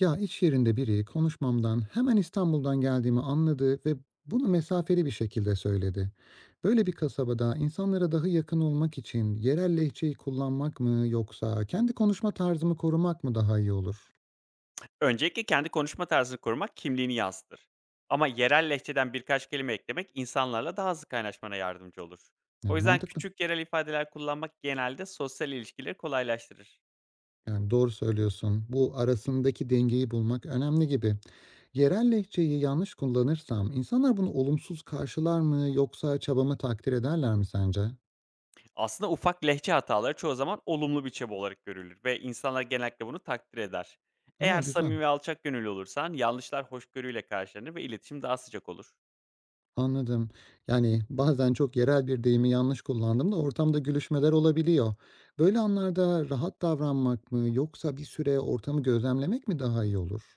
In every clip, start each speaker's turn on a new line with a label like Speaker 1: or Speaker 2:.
Speaker 1: Ya iş yerinde biri konuşmamdan hemen İstanbul'dan geldiğimi anladı ve bunu mesafeli bir şekilde söyledi. Böyle bir kasabada insanlara daha yakın olmak için yerel lehçeyi kullanmak mı yoksa kendi konuşma tarzımı korumak mı daha iyi olur?
Speaker 2: Öncelikle kendi konuşma tarzını korumak kimliğini yansıtır. Ama yerel lehçeden birkaç kelime eklemek insanlarla daha hızlı kaynaşmana yardımcı olur. O
Speaker 1: Yani
Speaker 2: yüzden
Speaker 1: mantıklı.
Speaker 2: küçük yerel ifadeler kullanmak genelde sosyal ilişkileri kolaylaştırır.
Speaker 1: Yani doğru söylüyorsun. Bu arasındaki dengeyi bulmak önemli gibi. Yerel lehçeyi yanlış kullanırsam insanlar bunu olumsuz karşılar mı yoksa çabamı takdir ederler mi sence?
Speaker 2: Aslında ufak lehçe hataları çoğu zaman olumlu bir çaba olarak görülür ve insanlar genellikle bunu takdir eder.
Speaker 1: Aa,
Speaker 2: Eğer
Speaker 1: güzel.
Speaker 2: samimi ve alçak gönüllü olursan yanlışlar hoşgörüyle karşılanır ve iletişim daha sıcak olur.
Speaker 1: Anladım. Yani, bazen çok yerel bir deyimi yanlış kullandım da ortamda gülüşmeler olabiliyor. Böyle anlarda rahat davranmak mı yoksa bir süre ortamı gözlemlemek mi daha iyi olur?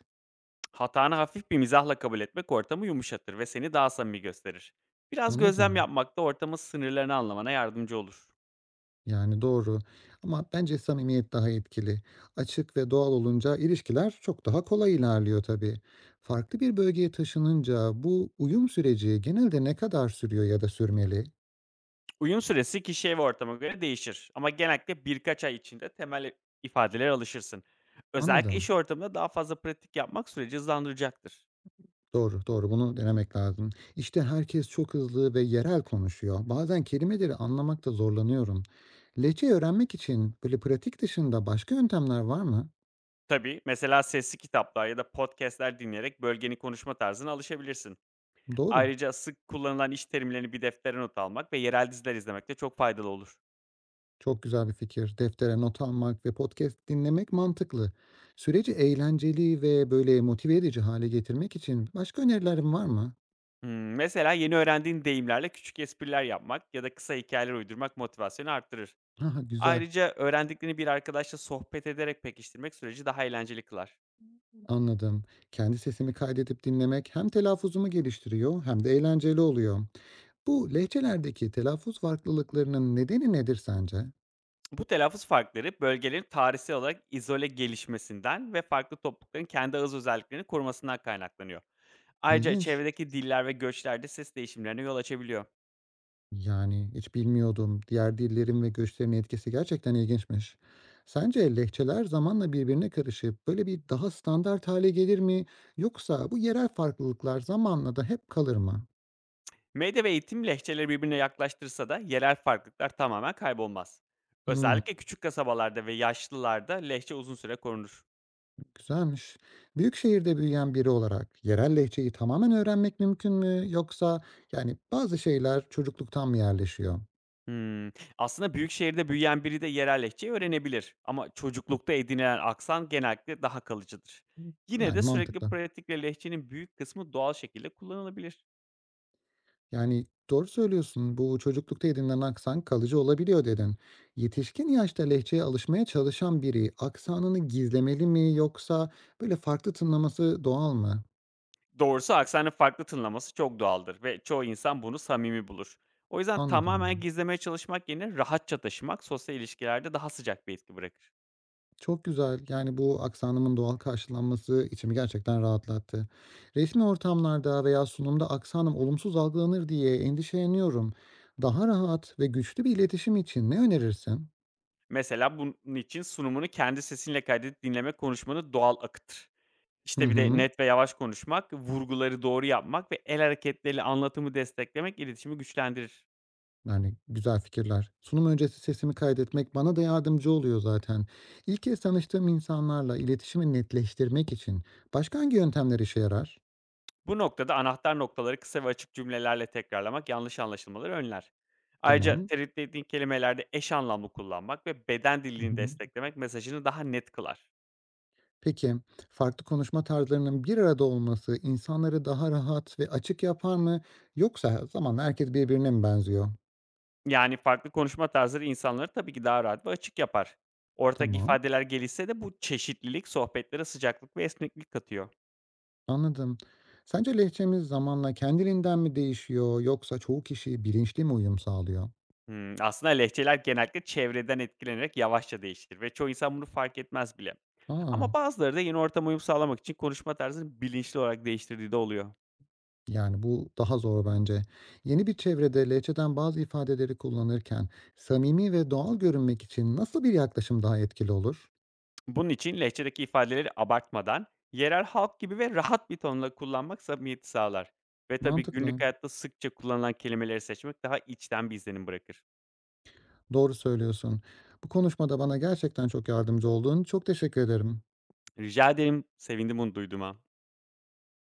Speaker 2: Hatanı hafif bir mizahla kabul etmek ortamı yumuşatır ve seni daha samimi gösterir. Biraz gözlem
Speaker 1: Anladım.
Speaker 2: yapmak da ortamın sınırlarını anlamana yardımcı olur.
Speaker 1: Yani, doğru, ama bence samimiyet daha etkili. Açık ve doğal olunca ilişkiler çok daha kolay ilerliyor tabii. Farklı bir bölgeye taşınınca bu uyum süreci genelde ne kadar sürüyor ya da sürmeli?
Speaker 2: Uyum süresi kişiye ve ortama göre değişir, ama genellikle birkaç ay içinde temel ifadelere alışırsın. Özellikle iş
Speaker 1: Anladım.
Speaker 2: ortamında daha fazla pratik yapmak süreci hızlandıracaktır.
Speaker 1: Doğru, doğru. Bunu denemek lazım. İşte herkes çok hızlı ve yerel konuşuyor. Bazen kelimeleri anlamakta zorlanıyorum. Lehçe öğrenmek için böyle pratik dışında başka yöntemler var mı?
Speaker 2: Tabii, mesela sesli kitaplar ya da podcastler dinleyerek bölgenin konuşma tarzına alışabilirsin.
Speaker 1: Doğru.
Speaker 2: Ayrıca sık kullanılan iş terimlerini bir deftere not almak ve yerel diziler izlemek de çok faydalı olur.
Speaker 1: Çok güzel bir fikir. Deftere not almak ve podcast dinlemek mantıklı. Süreci eğlenceli ve böyle motive edici hale getirmek için başka önerilerin var mı?
Speaker 2: Mesela yeni öğrendiğin deyimlerle küçük espriler yapmak ya da kısa hikayeler uydurmak motivasyonu arttırır.
Speaker 1: Ha, güzel.
Speaker 2: Ayrıca öğrendiklerini bir arkadaşla sohbet ederek pekiştirmek süreci daha eğlenceli kılar.
Speaker 1: Anladım. Kendi sesimi kaydedip dinlemek hem telaffuzumu geliştiriyor hem de eğlenceli oluyor. Bu lehçelerdeki telaffuz farklılıklarının nedeni nedir sence?
Speaker 2: Bu telaffuz farkları bölgelerin tarihsel olarak izole gelişmesinden ve farklı toplulukların kendi ağız özelliklerini korumasından kaynaklanıyor. Ayrıca
Speaker 1: İlginç.
Speaker 2: çevredeki diller ve göçlerde ses değişimlerine yol açabiliyor.
Speaker 1: Yani hiç bilmiyordum. Diğer dillerin ve göçlerin etkisi gerçekten ilginçmiş. Sence lehçeler zamanla birbirine karışıp böyle bir daha standart hale gelir mi? Yoksa bu yerel farklılıklar zamanla da hep kalır mı?
Speaker 2: Medya ve eğitim lehçeleri birbirine yaklaştırsa da yerel farklılıklar tamamen kaybolmaz.
Speaker 1: Hmm,
Speaker 2: Özellikle küçük kasabalarda ve yaşlılarda lehçe uzun süre korunur.
Speaker 1: güzelmiş. Büyük şehirde büyüyen biri olarak yerel lehçeyi tamamen öğrenmek mümkün mü? Yoksa yani bazı şeyler çocukluktan mı yerleşiyor?
Speaker 2: Hımm. Aslında büyük şehirde büyüyen biri de yerel lehçeyi öğrenebilir, ama çocuklukta edinilen aksan genellikle daha kalıcıdır.
Speaker 1: Hmm.
Speaker 2: Yine de
Speaker 1: Yani
Speaker 2: sürekli
Speaker 1: mantıklı.
Speaker 2: pratikle lehçenin büyük kısmı doğal şekilde kullanılabilir.
Speaker 1: Yani doğru söylüyorsun. Bu çocuklukta edinilen aksan kalıcı olabiliyor dedin. Yetişkin yaşta lehçeye alışmaya çalışan biri aksanını gizlemeli mi yoksa böyle farklı tınlaması doğal mı?
Speaker 2: Doğrusu aksanın farklı tınlaması çok doğaldır ve çoğu insan bunu samimi bulur. O yüzden tamamen
Speaker 1: Anladım.
Speaker 2: gizlemeye çalışmak yerine rahatça taşımak sosyal ilişkilerde daha sıcak bir etki bırakır.
Speaker 1: Çok güzel. Yani bu aksanımın doğal karşılanması içimi gerçekten rahatlattı. Resmi ortamlarda veya sunumda aksanım olumsuz algılanır diye endişeleniyorum. Daha rahat ve güçlü bir iletişim için ne önerirsin?
Speaker 2: Mesela bunun için sunumunu kendi sesinle kaydedip dinlemek konuşmanı doğal akıtır.
Speaker 1: Hı
Speaker 2: İşte, bir de
Speaker 1: hı.
Speaker 2: net ve yavaş konuşmak, vurguları doğru yapmak ve el hareketleriyle anlatımı desteklemek iletişimi güçlendirir.
Speaker 1: Yani, güzel fikirler. Sunum öncesi sesimi kaydetmek bana da yardımcı oluyor zaten. İlk kez tanıştığım insanlarla iletişimi netleştirmek için başka hangi yöntemler işe yarar?
Speaker 2: Bu noktada anahtar noktaları kısa ve açık cümlelerle tekrarlamak yanlış anlaşılmaları önler. Ayrıca
Speaker 1: Tamam.
Speaker 2: tereddüt ettiğin kelimelerde eş anlamlı kullanmak ve beden
Speaker 1: Hı
Speaker 2: dilini
Speaker 1: hı.
Speaker 2: desteklemek mesajını daha net kılar.
Speaker 1: Peki, farklı konuşma tarzlarının bir arada olması insanları daha rahat ve açık yapar mı? Yoksa zamanla herkes birbirine mi benziyor?
Speaker 2: Yani farklı konuşma tarzları insanları tabii ki daha rahat ve açık yapar. Ortak
Speaker 1: Tamam,
Speaker 2: ifadeler gelişse de bu çeşitlilik sohbetlere sıcaklık ve esneklik katıyor.
Speaker 1: anladım. Sence lehçemiz zamanla kendiliğinden mi değişiyor yoksa çoğu kişi bilinçli mi uyum sağlıyor?
Speaker 2: Aslında lehçeler genellikle çevreden etkilenerek yavaşça değişir ve çoğu insan bunu fark etmez bile. Ama
Speaker 1: Aa.
Speaker 2: bazıları da yeni ortama uyum sağlamak için konuşma tarzını bilinçli olarak değiştirdiği de oluyor.
Speaker 1: Yani, bu daha zor bence. Yeni bir çevrede lehçeden bazı ifadeleri kullanırken samimi ve doğal görünmek için nasıl bir yaklaşım daha etkili olur?
Speaker 2: Bunun için lehçedeki ifadeleri abartmadan, yerel halk gibi ve rahat bir tonla kullanmak samimiyeti sağlar. Ve tabii günlük
Speaker 1: Mantıklı.
Speaker 2: hayatta sıkça kullanılan kelimeleri seçmek daha içten bir izlenim bırakır.
Speaker 1: Doğru söylüyorsun. Bu konuşmada bana gerçekten çok yardımcı oldun. Çok teşekkür ederim.
Speaker 2: Rica ederim, sevindim bunu duyduğuma.